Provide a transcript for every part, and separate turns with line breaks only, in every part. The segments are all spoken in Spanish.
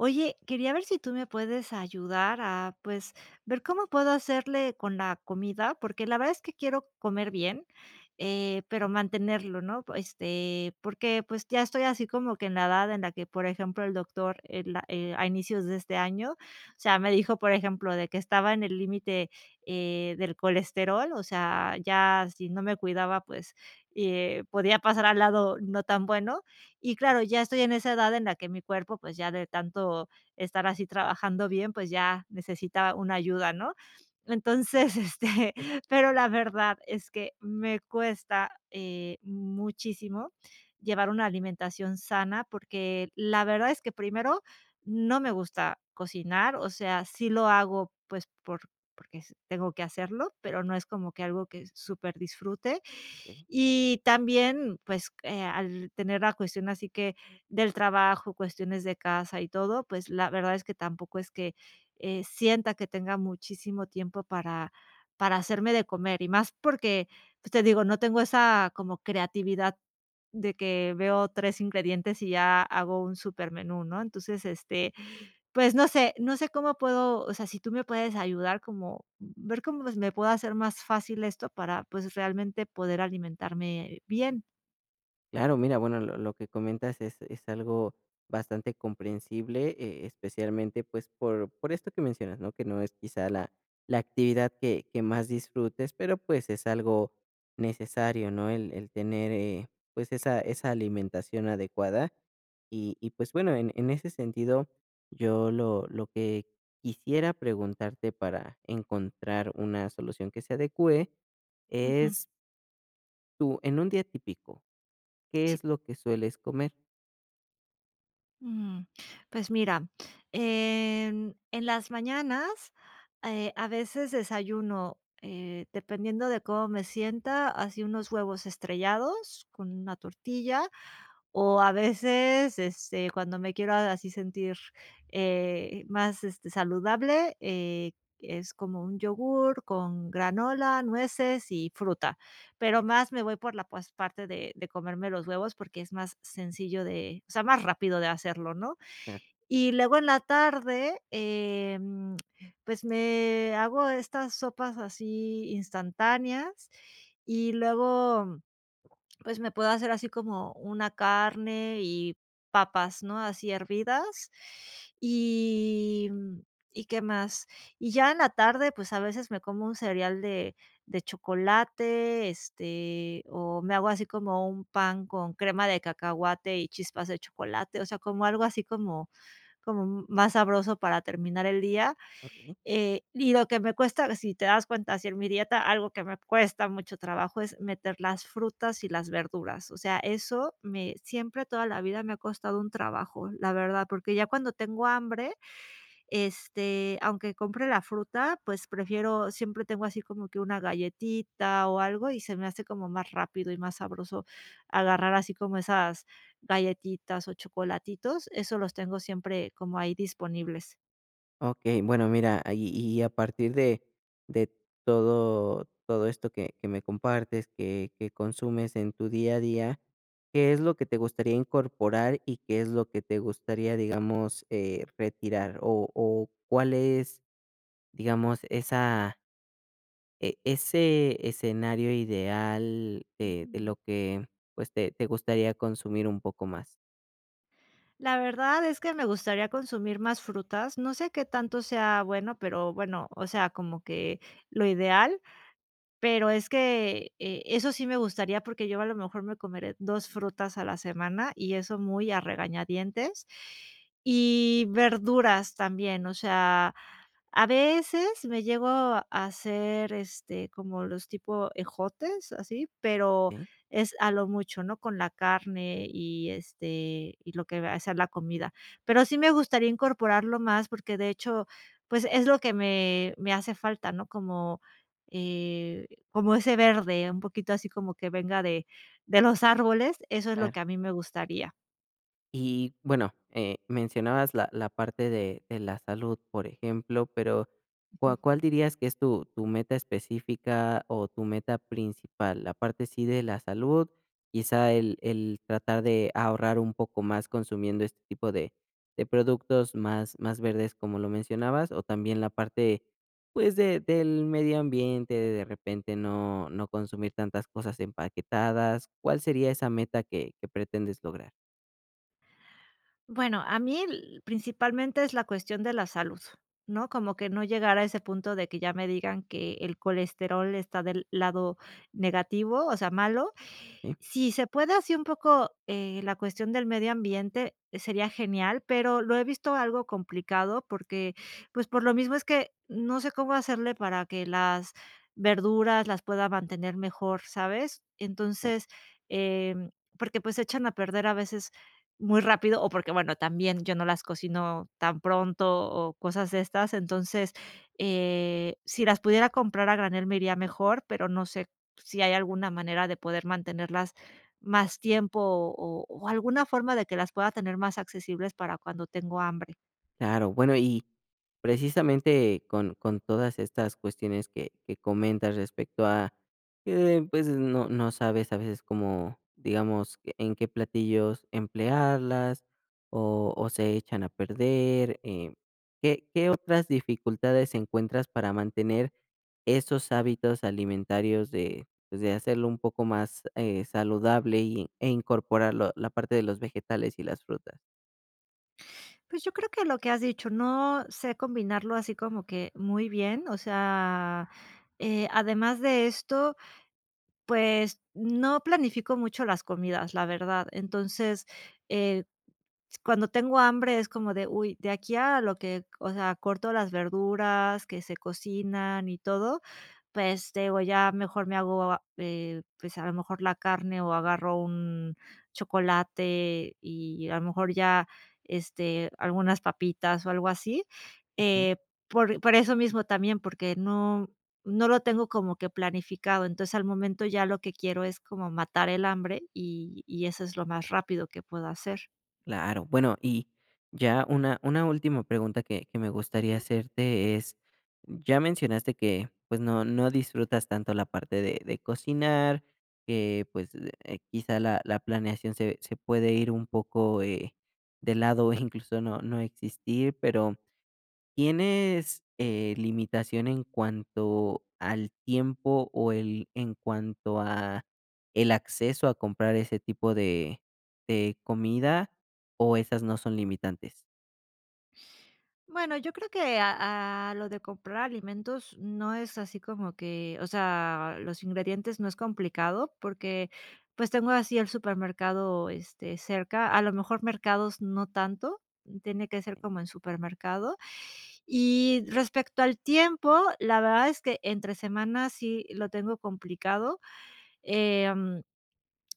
Oye, quería ver si tú me puedes ayudar a, pues, ver cómo puedo hacerle con la comida, porque la verdad es que quiero comer bien, pero mantenerlo, ¿no? Este, porque pues ya estoy así como que en la edad en la que, por ejemplo, el doctor a inicios de este año, o sea, me dijo, por ejemplo, de que estaba en el límite, del colesterol, o sea, ya si no me cuidaba, pues podía pasar al lado no tan bueno. Y claro, ya estoy en esa edad en la que mi cuerpo, pues, ya de tanto estar así trabajando bien, pues, ya necesita una ayuda, ¿no? Entonces, este, pero la verdad es que me cuesta, muchísimo llevar una alimentación sana, porque la verdad es que primero no me gusta cocinar, o sea, sí lo hago, pues, porque s tengo que hacerlo, pero no es como que algo que súper disfrute.
Okey.
Y también, pues, al tener la cuestión así que del trabajo, cuestiones de casa y todo, pues, la verdad es que tampoco es que, sienta que tenga muchísimo tiempo para hacerme de comer, y más porque, pues, te digo, no tengo esa como creatividad de que veo 3 ingredientes y ya hago un super menú, ¿no? Entonces, este, pues no sé, no sé cómo puedo, o sea, si tú me puedes ayudar como ver cómo, pues, me puedo hacer más fácil esto para, pues, realmente poder alimentarme bien.
Claro, mira, bueno, lo que comentas es algo bastante comprensible, especialmente, pues, por esto que mencionas, ¿no? Que no es quizá la actividad que más disfrutes, pero, pues, es algo necesario, ¿no? El tener, pues, esa alimentación adecuada. Y, pues, bueno, en ese sentido, yo lo que quisiera preguntarte para encontrar una solución que se adecue
Ujú.
es, tú en un día típico, ¿qué
Sí.
es lo que sueles comer?
Mm, pues mira, en las mañanas, a veces desayuno, dependiendo de cómo me sienta, así unos huevos estrellados con una tortilla, o a veces, este, cuando me quiero así sentir, más, este, saludable, es como un yogur con granola, nueces y fruta. Pero más me voy por la, pues, parte de comerme los huevos, porque es más sencillo de, o sea, más rápido de hacerlo, ¿no?
Ah,
Y luego en la tarde, pues, me hago estas sopas así instantáneas, y luego pues me puedo hacer así como una carne y papas, ¿no? Así hervidas. Y, mm, ¿y qué más? Y ya en la tarde, pues a veces me como un cereal de chocolate, este, o me hago así como un pan con crema de cacahuate y chispas de chocolate, o sea, como algo así como, como más sabroso para terminar el día.
okey.
Eh, y lo que me cuesta, si te das cuenta, si en mi dieta algo que me cuesta mucho trabajo es meter las frutas y las verduras. O sea, eso me siempre toda la vida me ha costado un trabajo, la verdad, porque ya cuando tengo hambre, este, aunque compre la fruta, pues prefiero, siempre tengo así como que una galletita o algo y se me hace como más rápido y más sabroso agarrar así como esas galletitas o chocolatitos, eso los tengo siempre como ahí disponibles.
Okey, bueno, mira, ah, y a partir de de todo esto que me compartes, que consumes en tu día a día, ¿qué es lo que te gustaría incorporar y qué es lo que te gustaría, digamos, retirar? O, ¿cuál es, digamos, esa e ese escenario ideal de
Ujú.
lo que, pues, te gustaría consumir un poco más?
La verdad es que me gustaría consumir más frutas. No sé qué tanto sea bueno, pero bueno, o sea, como que lo ideal, pero es que, eso sí me gustaría, porque yo a lo mejor me comeré 2 frutas a la semana, y eso muy a regañadientes. Y verduras también, o sea, a veces me llego a hacer, este, como los tipo ejotes, así, pero
Okey.
es a lo mucho, ¿no? Con la carne y, este, y lo que va a ser la comida. Pero sí me gustaría incorporarlo más porque, de hecho, pues, es lo que me hace falta, ¿no? Como, eh, como ese verde, un poquito así como que venga de los árboles, eso es lo
Claro.
que a mí me gustaría.
Y bueno, mencionabas la, la parte de la salud, por ejemplo, pero ¿cuál, cuál dirías que es tu, tu meta específica o tu meta principal? La parte sí de la salud, quizá el tratar de ahorrar un poco más consumiendo este tipo de productos más, más verdes, como lo mencionabas, o también la parte pues de, del medio ambiente, de repente no, no consumir tantas cosas empaquetadas. ¿Cuál sería esa meta que pretendes lograr?
Bueno, a mí l principalmente es la cuestión de la salud, ¿no? Como que no llegar a ese punto de que ya me digan que el colesterol está del lado negativo, o sea, malo,
¿Sí?
si se puede así un poco, la cuestión del medio ambiente, sería genial, pero lo he visto algo complicado porque, pues, por lo mismo es que no sé cómo hacerle para que las verduras las pueda mantener mejor, ¿sabes? Entonces, em, porque, pues, se echan a perder a veces muy rápido o porque, bueno, también yo no las cocino tan pronto o cosas de estas. Entonces, si las pudiera comprar a granel me iría mejor, pero no sé si hay alguna manera de poder mantenerlas más tiempo o alguna forma de que las pueda tener más accesibles para cuando tengo hambre.
Claro, bueno, y precisamente con todas estas cuestiones que comentas respecto a que pues no, no sabes a veces cómo, digamos, que- en qué platillos emplearlas o se echan a perder, ¿qué, qué otras dificultades encuentras para mantener esos hábitos alimentarios de, pues, de hacerlo un poco más saludable y, e incorporar lo- la parte de los vegetales y las frutas?
Pues yo creo que lo que has dicho, no sé combinarlo así como que muy bien, o sea, además de esto, pues no planifico mucho las comidas, la verdad. Entonces, eh, cuando tengo hambre es como de, uy, de aquí a lo que, o sea, corto las verduras que se cocinan y todo, pues, digo, ya mejor me hago, pues, a lo mejor la carne o agarro un chocolate y a lo mejor ya, este, algunas papitas o algo así. Eh, por eso mismo también, porque no lo tengo como que planificado. Entonces, al momento ya lo que quiero es como matar el hambre y eso es lo más rápido que puedo hacer.
Claro. Bueno, y ya una última pregunta que me gustaría hacerte es, ya mencionaste que, pues, no disfrutas tanto la parte de cocinar, que, pues, quizá la planeación se puede ir un poco, de lado, incluso no existir, pero ¿tienes, limitación en cuanto al tiempo o el en cuanto a el acceso a comprar ese tipo de comida, o esas no son limitantes?
Bueno, yo creo que a lo de comprar alimentos no es así como que, o sea, los ingredientes no es complicado porque, pues, tengo así el supermercado, este, cerca. A lo mejor mercados no tanto, tiene que ser como en supermercado. Y respecto al tiempo, la verdad es que entre semana sí lo tengo complicado, em,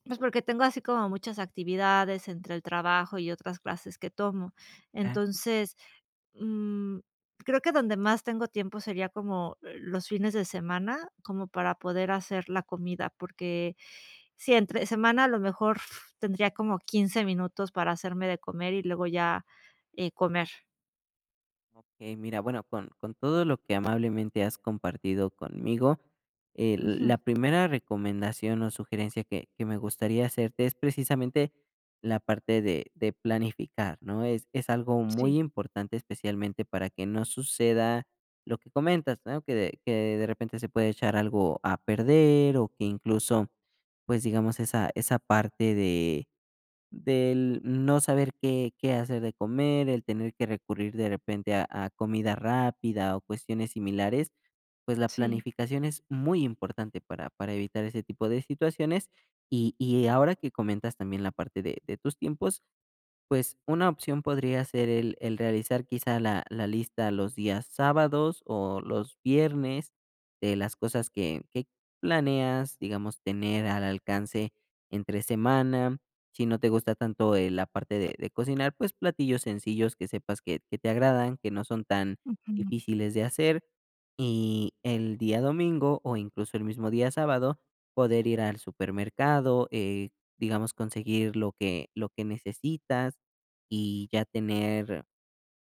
pues, porque tengo así como muchas actividades entre el trabajo y otras clases que tomo. Entonces, mm, creo que donde más tengo tiempo sería como los fines de semana, como para poder hacer la comida, porque si entre semana a lo mejor tendría como 15 minutos para hacerme de comer y luego ya, comer.
Okey, mira, bueno, con todo lo que amablemente has compartido conmigo, l-
Ujú,
la primera recomendación o sugerencia que me gustaría hacerte es precisamente la parte de planificar, ¿no? Es algo
sí,
muy importante, especialmente para que no suceda lo que comentas, ¿no? Que de repente se puede echar algo a perder o que incluso, pues, digamos, esa parte de del no saber qué qué hacer de comer, el tener que recurrir de repente a comida rápida o cuestiones similares, pues la
sí.
planificación es muy importante para evitar ese tipo de situaciones. Y ahora que comentas también la parte de tus tiempos, pues, una opción podría ser el realizar quizá la lista los días sábados o los viernes de las cosas que planeas, digamos, tener al alcance entre semana. Si no te gusta tanto, la parte de cocinar, pues, platillos sencillos que sepas que te agradan, que no son tan
Ujú,
difíciles de hacer. Y el día domingo, o incluso el mismo día sábado, poder ir al supermercado, digamos, conseguir lo que necesitas. Y ya tener,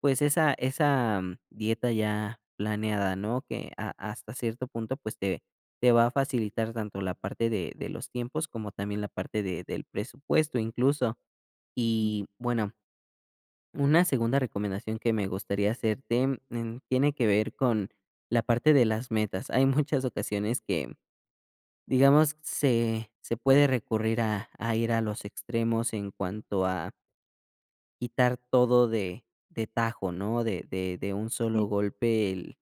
pues, esa dieta ya planeada, ¿no? Que ha hasta cierto punto, pues, te va a facilitar tanto la parte de los tiempos como también la parte de del presupuesto, incluso.
ujú,
Y, bueno, una segunda recomendación que me gustaría hacerte, tiene que ver con la parte de las metas. Hay muchas ocasiones que, digamos, se puede recurrir a ir a los extremos en cuanto a quitar todo de tajo, ¿no? De un solo
sí,
golpe, el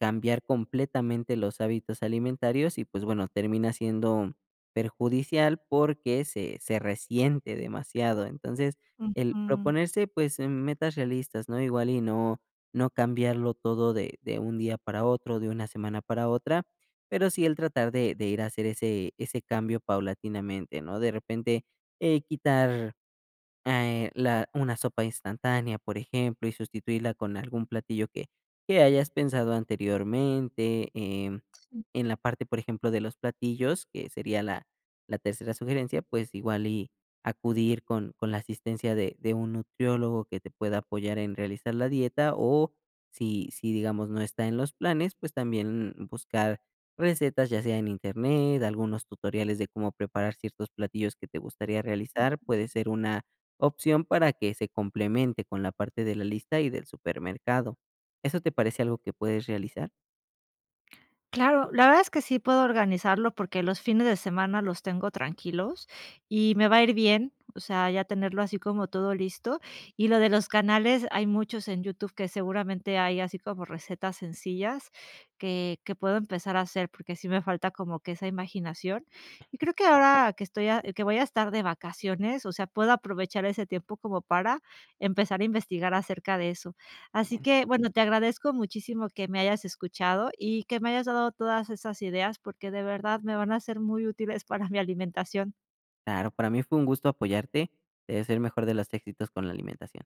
cambiar completamente los hábitos alimentarios y, pues, bueno, termina siendo perjudicial porque se resiente demasiado. Entonces, el
ujú.
proponerse, pues, metas realistas, ¿no? Igual y no cambiarlo todo de un día para otro, de una semana para otra, pero sí el tratar de ir a hacer ese cambio paulatinamente, ¿no? De repente, quitar ah, la una sopa instantánea, por ejemplo, y sustituirla con algún platillo que hayas pensado anteriormente, en la parte, por ejemplo, de los platillos, que sería la tercera sugerencia, pues, igual y acudir con la asistencia de un nutriólogo que te pueda apoyar en realizar la dieta, o si si, digamos, no está en los planes, pues, también buscar recetas, ya sea en Internet, algunos tutoriales de cómo preparar ciertos platillos que te gustaría realizar, puede ser una opción para que se complemente con la parte de la lista y del supermercado. ¿Eso te parece algo que puedes realizar?
Claro, la verdad es que sí puedo organizarlo porque los fines de semana los tengo tranquilos y me va a ir bien, o sea, ya tenerlo así como todo listo. Y lo de los canales, hay muchos en YouTube que seguramente hay así como recetas sencillas que puedo empezar a hacer porque sí me falta como que esa imaginación. Y creo que ahora que estoy que voy a estar de vacaciones, o sea, puedo aprovechar ese tiempo como para empezar a investigar acerca de eso. Así
Excelente.
que, bueno, te agradezco muchísimo que me hayas escuchado y que me hayas dado todas esas ideas, porque de verdad me van a ser muy útiles para mi alimentación.
Claro, para mí fue un gusto apoyarte. Te deseo el mejor de los éxitos con la alimentación.